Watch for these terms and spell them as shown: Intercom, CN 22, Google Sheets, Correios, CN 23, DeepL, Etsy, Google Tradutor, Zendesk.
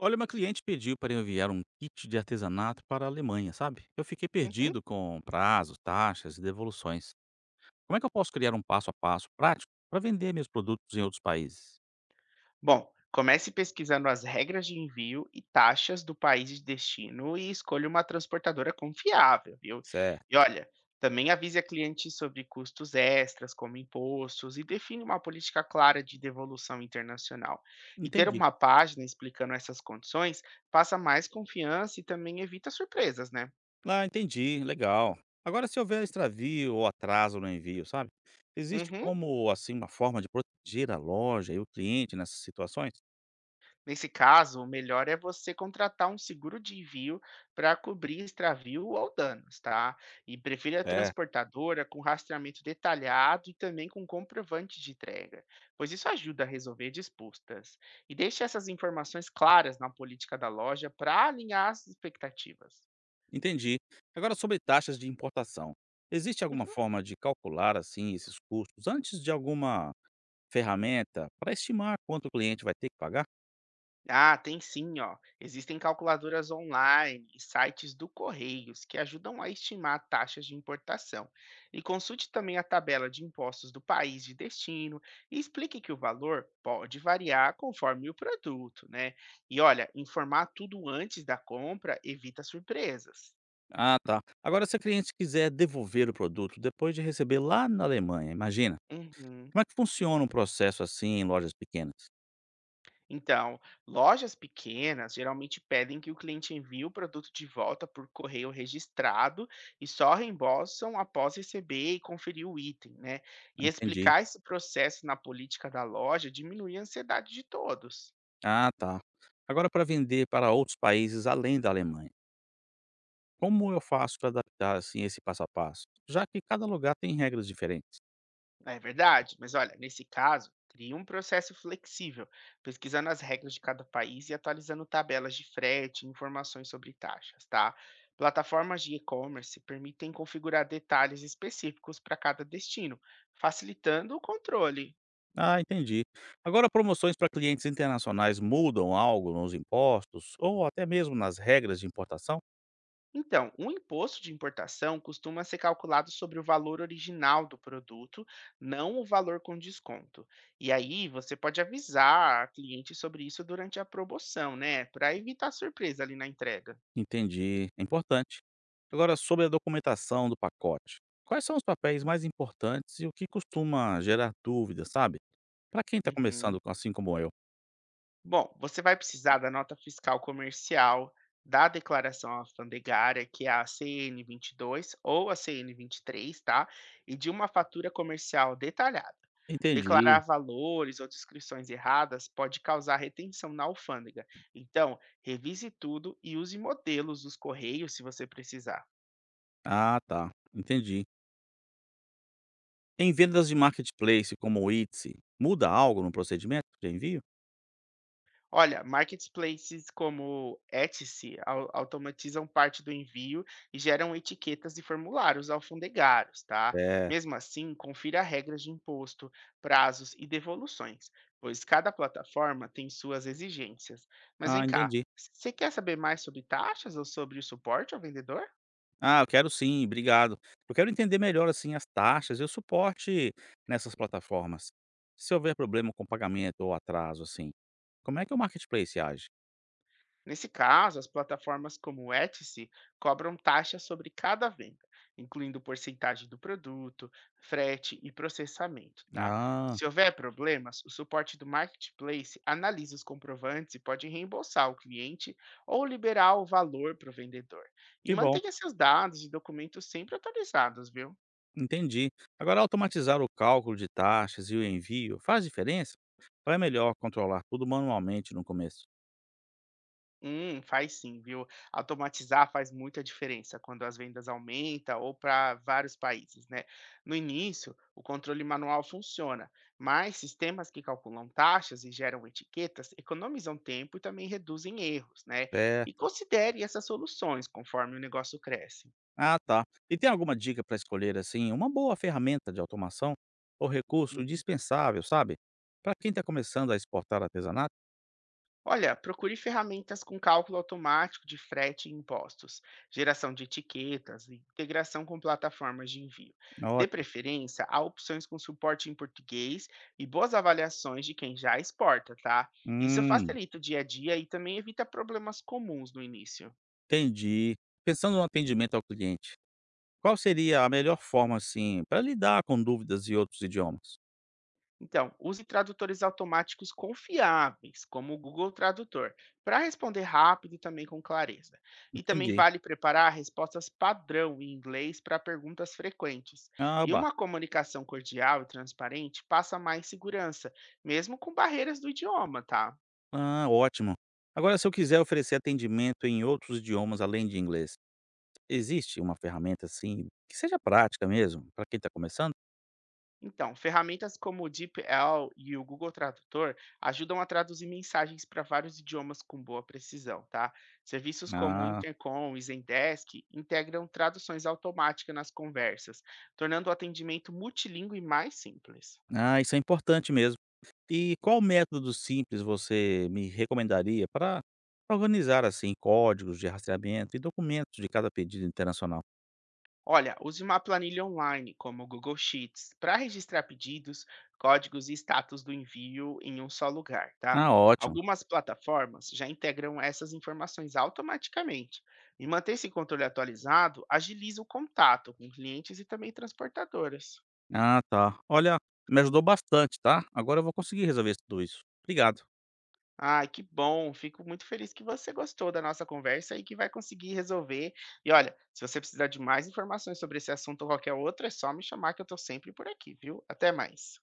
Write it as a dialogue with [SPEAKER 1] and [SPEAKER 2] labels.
[SPEAKER 1] Olha, uma cliente pediu para enviar um kit de artesanato para a Alemanha, sabe? Eu fiquei
[SPEAKER 2] Uhum.
[SPEAKER 1] perdido com prazos, taxas e devoluções. Como é que eu posso criar um passo a passo prático para vender meus produtos em outros países?
[SPEAKER 2] Bom, comece pesquisando as regras de envio e taxas do país de destino e escolha uma transportadora confiável, viu?
[SPEAKER 1] Certo.
[SPEAKER 2] E olha, também avise a cliente sobre custos extras, como impostos, e define uma política clara de devolução internacional. E ter
[SPEAKER 1] Entendi.
[SPEAKER 2] uma página explicando essas condições passa mais confiança e também evita surpresas, né?
[SPEAKER 1] Ah, entendi. Legal. Agora, se houver extravio ou atraso no envio, sabe? Existe
[SPEAKER 2] Uhum.
[SPEAKER 1] como, assim, uma forma de proteger a loja e o cliente nessas situações?
[SPEAKER 2] Nesse caso, o melhor é você contratar um seguro de envio para cobrir extravio ou danos, tá? E prefira a
[SPEAKER 1] É.
[SPEAKER 2] transportadora com rastreamento detalhado e também com comprovante de entrega, pois isso ajuda a resolver disputas. E deixe essas informações claras na política da loja para alinhar as expectativas.
[SPEAKER 1] Entendi. Agora, sobre taxas de importação. Existe alguma forma de calcular, assim, esses custos antes de alguma ferramenta para estimar quanto o cliente vai ter que pagar?
[SPEAKER 2] Ah, tem sim, ó. Existem calculadoras online e sites do Correios que ajudam a estimar taxas de importação. E consulte também a tabela de impostos do país de destino e explique que o valor pode variar conforme o produto, né? E olha, informar tudo antes da compra evita surpresas.
[SPEAKER 1] Ah, tá. Agora, se o cliente quiser devolver o produto depois de receber lá na Alemanha, imagina.
[SPEAKER 2] Uhum.
[SPEAKER 1] Como é que funciona um processo assim em lojas pequenas?
[SPEAKER 2] Então, lojas pequenas geralmente pedem que o cliente envie o produto de volta por correio registrado e só reembolsam após receber e conferir o item, né? E
[SPEAKER 1] Entendi.
[SPEAKER 2] explicar esse processo na política da loja diminui a ansiedade de todos.
[SPEAKER 1] Ah, tá. Agora, para vender para outros países além da Alemanha, como eu faço para adaptar assim esse passo a passo? Já que cada lugar tem regras diferentes.
[SPEAKER 2] É verdade, mas olha, nesse caso, cria um processo flexível, pesquisando as regras de cada país e atualizando tabelas de frete e informações sobre taxas, tá? Plataformas de e-commerce permitem configurar detalhes específicos para cada destino, facilitando o controle.
[SPEAKER 1] Ah, entendi. Agora, promoções para clientes internacionais mudam algo nos impostos ou até mesmo nas regras de importação?
[SPEAKER 2] Então, o imposto de importação costuma ser calculado sobre o valor original do produto, não o valor com desconto. E aí você pode avisar a cliente sobre isso durante a promoção, né? Para evitar surpresa ali na entrega.
[SPEAKER 1] Entendi, é importante. Agora, sobre a documentação do pacote, quais são os papéis mais importantes e o que costuma gerar dúvidas, sabe? Para quem está começando
[SPEAKER 2] Uhum.
[SPEAKER 1] assim como eu.
[SPEAKER 2] Bom, você vai precisar da nota fiscal comercial, da declaração alfandegária, que é a CN 22 ou a CN 23, tá? E de uma fatura comercial detalhada. Declarar
[SPEAKER 1] Entendi.
[SPEAKER 2] valores ou descrições erradas pode causar retenção na alfândega. Então, revise tudo e use modelos dos correios se você precisar.
[SPEAKER 1] Ah, tá. Entendi. Em vendas de marketplace como o Etsy, muda algo no procedimento de envio?
[SPEAKER 2] Olha, marketplaces como Etsy automatizam parte do envio e geram etiquetas e formulários alfandegários, tá?
[SPEAKER 1] É.
[SPEAKER 2] Mesmo assim, confira regras de imposto, prazos e devoluções, pois cada plataforma tem suas exigências. Mas vem
[SPEAKER 1] Ah,
[SPEAKER 2] cá,
[SPEAKER 1] entendi.
[SPEAKER 2] você quer saber mais sobre taxas ou sobre o suporte ao vendedor?
[SPEAKER 1] Ah, eu quero sim, obrigado. Eu quero entender melhor assim as taxas e o suporte nessas plataformas. Se houver problema com pagamento ou atraso assim, como é que o marketplace age?
[SPEAKER 2] Nesse caso, as plataformas como o Etsy cobram taxas sobre cada venda, incluindo porcentagem do produto, frete e processamento, tá?
[SPEAKER 1] Ah,
[SPEAKER 2] Se houver problemas, o suporte do marketplace analisa os comprovantes e pode reembolsar o cliente ou liberar o valor para o vendedor. E
[SPEAKER 1] que bom,
[SPEAKER 2] mantenha seus dados e documentos sempre atualizados, viu?
[SPEAKER 1] entendi. Agora, automatizar o cálculo de taxas e o envio faz diferença? Ou é melhor controlar tudo manualmente no começo?
[SPEAKER 2] Faz sim, viu? Automatizar faz muita diferença quando as vendas aumentam ou para vários países, né? No início, o controle manual funciona, mas sistemas que calculam taxas e geram etiquetas economizam tempo e também reduzem erros, né? E
[SPEAKER 1] Certo.
[SPEAKER 2] considere essas soluções conforme o negócio cresce.
[SPEAKER 1] Ah, tá. E tem alguma dica para escolher, assim, uma boa ferramenta de automação ou recurso
[SPEAKER 2] Uhum.
[SPEAKER 1] indispensável, sabe? Para quem está começando a exportar artesanato?
[SPEAKER 2] Olha, procure ferramentas com cálculo automático de frete e impostos, geração de etiquetas e integração com plataformas de envio. Dê
[SPEAKER 1] Ótimo.
[SPEAKER 2] preferência a opções com suporte em português e boas avaliações de quem já exporta, tá? Isso
[SPEAKER 1] Hum,
[SPEAKER 2] facilita o dia a dia e também evita problemas comuns no início.
[SPEAKER 1] entendi. Pensando no atendimento ao cliente, qual seria a melhor forma, assim, para lidar com dúvidas e outros idiomas?
[SPEAKER 2] Então, use tradutores automáticos confiáveis, como o Google Tradutor, para responder rápido e também com clareza. E também
[SPEAKER 1] Entendi.
[SPEAKER 2] vale preparar respostas padrão em inglês para perguntas frequentes.
[SPEAKER 1] Ah,
[SPEAKER 2] E
[SPEAKER 1] bacana.
[SPEAKER 2] uma comunicação cordial e transparente passa mais segurança, mesmo com barreiras do idioma, tá?
[SPEAKER 1] Ah, ótimo. Agora, se eu quiser oferecer atendimento em outros idiomas além de inglês, existe uma ferramenta assim que seja prática mesmo para quem está começando?
[SPEAKER 2] Então, ferramentas como o DeepL e o Google Tradutor ajudam a traduzir mensagens para vários idiomas com boa precisão, tá? Serviços como o
[SPEAKER 1] Ah,
[SPEAKER 2] Intercom e Zendesk integram traduções automáticas nas conversas, tornando o atendimento multilíngue mais simples.
[SPEAKER 1] ah, isso é importante mesmo. E qual método simples você me recomendaria para organizar assim códigos de rastreamento e documentos de cada pedido internacional?
[SPEAKER 2] Olha, use uma planilha online, como o Google Sheets, para registrar pedidos, códigos e status do envio em um só lugar, tá?
[SPEAKER 1] Ah, ótimo.
[SPEAKER 2] Algumas plataformas já integram essas informações automaticamente. E manter esse controle atualizado agiliza o contato com clientes e também transportadoras.
[SPEAKER 1] Ah, tá. Olha, me ajudou bastante, tá? Agora eu vou conseguir resolver tudo isso. Obrigado.
[SPEAKER 2] Ai, que bom! Fico muito feliz que você gostou da nossa conversa e que vai conseguir resolver. E olha, se você precisar de mais informações sobre esse assunto ou qualquer outro, é só me chamar que eu estou sempre por aqui, viu? Até mais.